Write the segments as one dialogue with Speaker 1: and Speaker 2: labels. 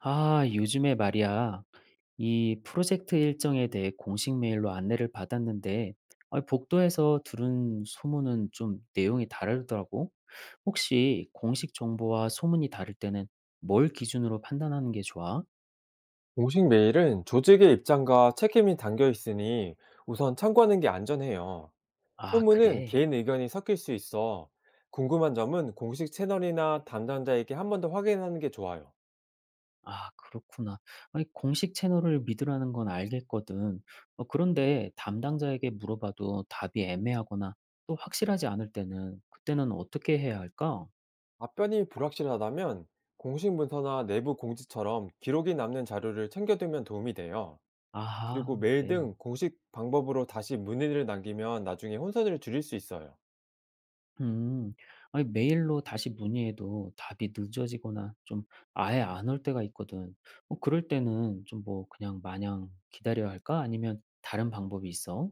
Speaker 1: 아, 요즘에 말이야. 이 프로젝트 일정에 대해 공식 메일로 안내를 받았는데, 아, 복도에서 들은 소문은 좀 내용이 다르더라고. 혹시 공식 정보와 소문이 다를 때는 뭘 기준으로 판단하는 게 좋아?
Speaker 2: 공식 메일은 조직의 입장과 책임이 담겨 있으니 우선 참고하는 게 안전해요.
Speaker 1: 아,
Speaker 2: 소문은
Speaker 1: 그래.
Speaker 2: 개인 의견이 섞일 수 있어 궁금한 점은 공식 채널이나 담당자에게 한 번 더 확인하는 게 좋아요.
Speaker 1: 아, 그렇구나. 아니, 공식 채널을 믿으라는 건 알겠거든. 그런데 담당자에게 물어봐도 답이 애매하거나 또 확실하지 않을 때는 그때는 어떻게 해야 할까?
Speaker 2: 답변이 불확실하다면 공식 문서나 내부 공지처럼 기록이 남는 자료를 챙겨두면 도움이 돼요. 그리고
Speaker 1: 아하,
Speaker 2: 메일
Speaker 1: 그래.
Speaker 2: 등 공식 방법으로 다시 문의를 남기면 나중에 혼선을 줄일 수 있어요.
Speaker 1: 음. 아니, 메일로 다시 문의해도 답이 늦어지거나 좀 아예 안 올 때가 있거든. 뭐 그럴 때는 좀 뭐 그냥 마냥 기다려야 할까? 아니면 다른 방법이 있어?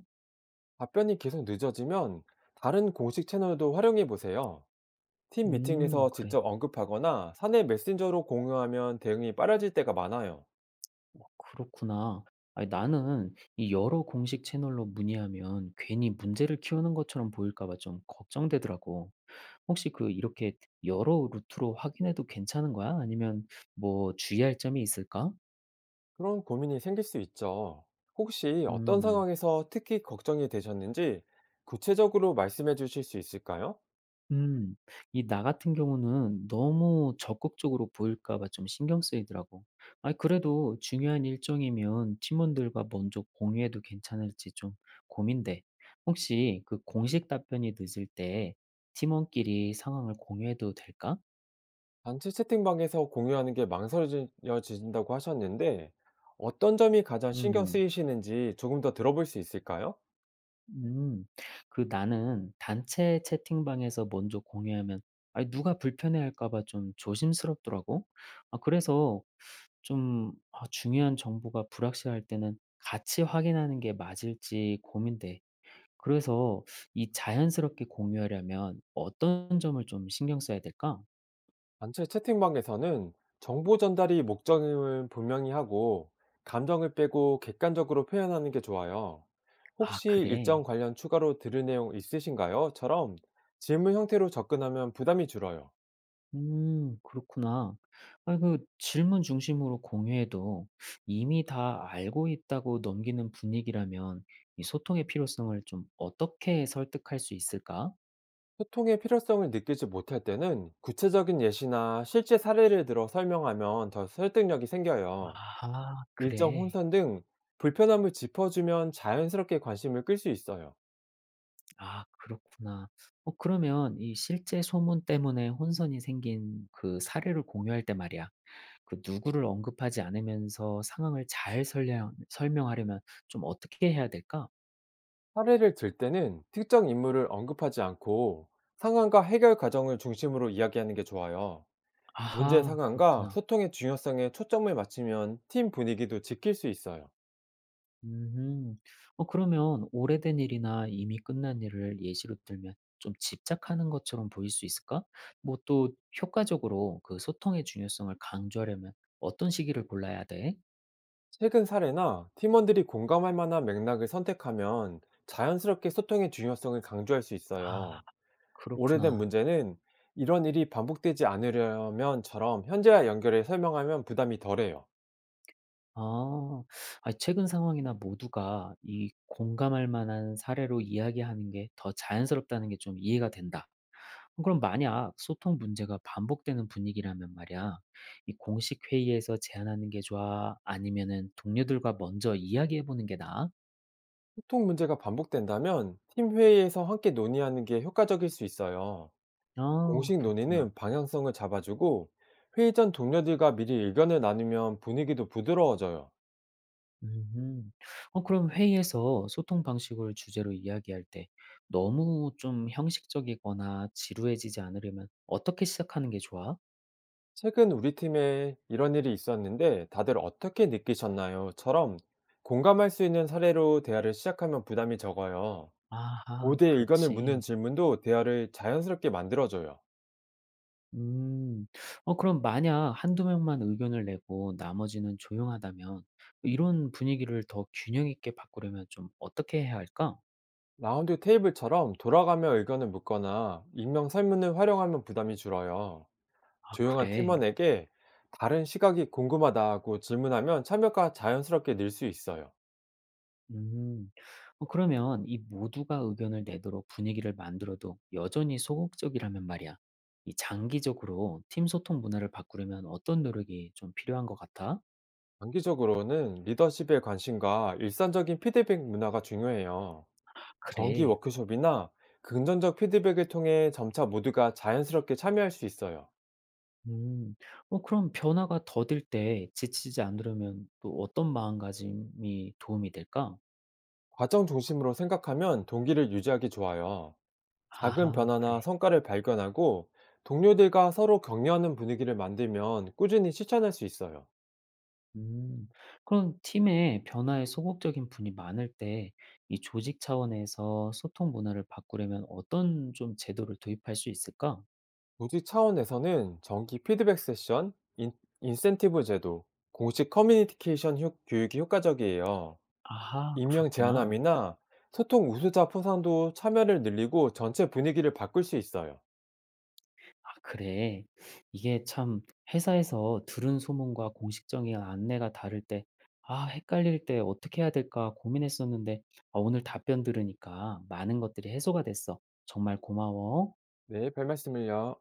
Speaker 2: 답변이 계속 늦어지면 다른 공식 채널도 활용해 보세요. 팀
Speaker 1: 음,
Speaker 2: 미팅에서
Speaker 1: 그래.
Speaker 2: 직접 언급하거나 사내 메신저로 공유하면 대응이 빨라질 때가 많아요.
Speaker 1: 그렇구나. 아니, 나는 이 여러 공식 채널로 문의하면 괜히 문제를 키우는 것처럼 보일까 봐 좀 걱정되더라고. 혹시 그 이렇게 여러 루트로 확인해도 괜찮은 거야? 아니면 뭐 주의할 점이 있을까?
Speaker 2: 그런 고민이 생길 수 있죠. 혹시 어떤
Speaker 1: 음.
Speaker 2: 상황에서 특히 걱정이 되셨는지 구체적으로 말씀해 주실 수 있을까요?
Speaker 1: 음. 이 나 같은 경우는 너무 적극적으로 보일까 봐 좀 신경 쓰이더라고. 아, 그래도 중요한 일정이면 팀원들과 먼저 공유해도 괜찮을지 좀 고민돼. 혹시 그 공식 답변이 늦을 때 팀원끼리 상황을 공유해도 될까?
Speaker 2: 단체 채팅방에서 공유하는 게 망설여진다고 하셨는데, 어떤 점이 가장 신경
Speaker 1: 음.
Speaker 2: 쓰이시는지 조금 더 들어볼 수 있을까요?
Speaker 1: 음. 그 나는 단체 채팅방에서 먼저 공유하면 아 누가 불편해할까 봐 좀 조심스럽더라고. 아, 그래서 좀 아 중요한 정보가 불확실할 때는 같이 확인하는 게 맞을지 고민돼. 그래서 이 자연스럽게 공유하려면 어떤 점을 좀 신경 써야 될까?
Speaker 2: 단체 채팅방에서는 정보 전달이 목적임을 분명히 하고, 감정을 빼고 객관적으로 표현하는 게 좋아요.
Speaker 1: 아,
Speaker 2: "혹시
Speaker 1: 그래.
Speaker 2: 일정 관련 추가로 들을 내용 있으신가요? 처럼 질문 형태로 접근하면 부담이 줄어요.
Speaker 1: 그렇구나. 아 그 질문 중심으로 공유해도 이미 다 알고 있다고 넘기는 분위기라면 이 소통의 필요성을 좀 어떻게 설득할 수 있을까?
Speaker 2: 소통의 필요성을 느끼지 못할 때는 구체적인 예시나 실제 사례를 들어 설명하면 더 설득력이 생겨요.
Speaker 1: 아,
Speaker 2: 일정
Speaker 1: 그래.
Speaker 2: 혼선 등 불편함을 짚어주면 자연스럽게 관심을 끌 수 있어요.
Speaker 1: 아, 그렇구나. 그러면 이 실제 소문 때문에 혼선이 생긴 그 사례를 공유할 때 말이야. 그 누구를 언급하지 않으면서 상황을 잘 설명하려면 좀 어떻게 해야 될까?
Speaker 2: 사례를 들 때는 특정 인물을 언급하지 않고, 상황과 해결 과정을 중심으로 이야기하는 게 좋아요. 문제
Speaker 1: 아하,
Speaker 2: 상황과
Speaker 1: 그렇구나.
Speaker 2: 소통의 중요성에 초점을 맞추면 팀 분위기도 지킬 수 있어요.
Speaker 1: 음음. 그러면 오래된 일이나 이미 끝난 일을 예시로 들면 좀 집착하는 것처럼 보일 수 있을까? 뭐 또 효과적으로 그 소통의 중요성을 강조하려면 어떤 시기를 골라야 돼?
Speaker 2: 최근 사례나 팀원들이 공감할 만한 맥락을 선택하면 자연스럽게 소통의 중요성을 강조할 수
Speaker 1: 아,
Speaker 2: 있어요. 오래된
Speaker 1: 그렇구나.
Speaker 2: 문제는 "이런 일이 반복되지 않으려면처럼 현재와 연결해 설명하면 부담이 덜해요.
Speaker 1: 아. 아 최근 상황이나 모두가 이 공감할 만한 사례로 이야기하는 게 더 자연스럽다는 게 좀 이해가 된다. 어, 그럼 만약 소통 문제가 반복되는 분위기라면 말이야. 이 공식 회의에서 제안하는 게 좋아? 아니면은 동료들과 먼저 이야기해 보는 게 나아?
Speaker 2: 소통 문제가 반복된다면 팀 회의에서 함께 논의하는 게 효과적일 수 있어요.
Speaker 1: 아,
Speaker 2: 공식
Speaker 1: 그렇구나.
Speaker 2: 논의는 방향성을 잡아주고, 회의 전 동료들과 미리 의견을 나누면 분위기도 부드러워져요.
Speaker 1: 음음. 그럼 회의에서 소통 방식을 주제로 이야기할 때 너무 좀 형식적이거나 지루해지지 않으려면 어떻게 시작하는 게 좋아?
Speaker 2: "최근 우리 팀에 이런 일이 있었는데 다들 어떻게 느끼셨나요?"처럼 공감할 수 있는 사례로 대화를 시작하면 부담이 적어요.
Speaker 1: 아하,
Speaker 2: 5대 의견을 묻는
Speaker 1: 그렇지.
Speaker 2: 질문도 대화를 자연스럽게 만들어줘요.
Speaker 1: 음. 그럼 만약 한두 명만 의견을 내고 나머지는 조용하다면 이런 분위기를 더 균형 있게 바꾸려면 좀 어떻게 해야 할까?
Speaker 2: 라운드 테이블처럼 돌아가며 의견을 묻거나 익명 설문을 활용하면 부담이 줄어요.
Speaker 1: 아,
Speaker 2: 조용한
Speaker 1: 그래.
Speaker 2: 팀원에게 다른 시각이 궁금하다고 질문하면 참여가 자연스럽게 늘 수 있어요.
Speaker 1: 음. 그러면 이 모두가 의견을 내도록 분위기를 만들어도 여전히 소극적이라면 말이야. 이 장기적으로 팀 소통 문화를 바꾸려면 어떤 노력이 좀 필요한 것 같아?
Speaker 2: 장기적으로는 리더십의 관심과 일상적인 피드백 문화가 중요해요. 정기
Speaker 1: 그래.
Speaker 2: 워크숍이나 긍정적 피드백을 통해 점차 모두가 자연스럽게 참여할 수 있어요.
Speaker 1: 음. 그럼 변화가 더딜 때 지치지 않으려면 또 어떤 마음가짐이 도움이 될까?
Speaker 2: 과정 중심으로 생각하면 동기를 유지하기 좋아요. 작은
Speaker 1: 아하,
Speaker 2: 변화나
Speaker 1: 그래.
Speaker 2: 성과를 발견하고 동료들과 서로 격려하는 분위기를 만들면 꾸준히 실천할 수 있어요.
Speaker 1: 음. 그럼 팀에 변화에 소극적인 분이 많을 때 이 조직 차원에서 소통 문화를 바꾸려면 어떤 좀 제도를 도입할 수 있을까?
Speaker 2: 조직 차원에서는 정기 피드백 세션, 인센티브 제도, 공식 커뮤니케이션 교육이 효과적이에요.
Speaker 1: 아하,
Speaker 2: 임명
Speaker 1: 그렇구나.
Speaker 2: 제한함이나 소통 우수자 포상도 참여를 늘리고 전체 분위기를 바꿀 수 있어요.
Speaker 1: 아, 그래. 이게 참 회사에서 들은 소문과 공식적인 안내가 다를 때, 아, 헷갈릴 때 어떻게 해야 될까 고민했었는데, 아, 오늘 답변 들으니까 많은 것들이 해소가 됐어. 정말 고마워.
Speaker 2: 네, 별 말씀을요.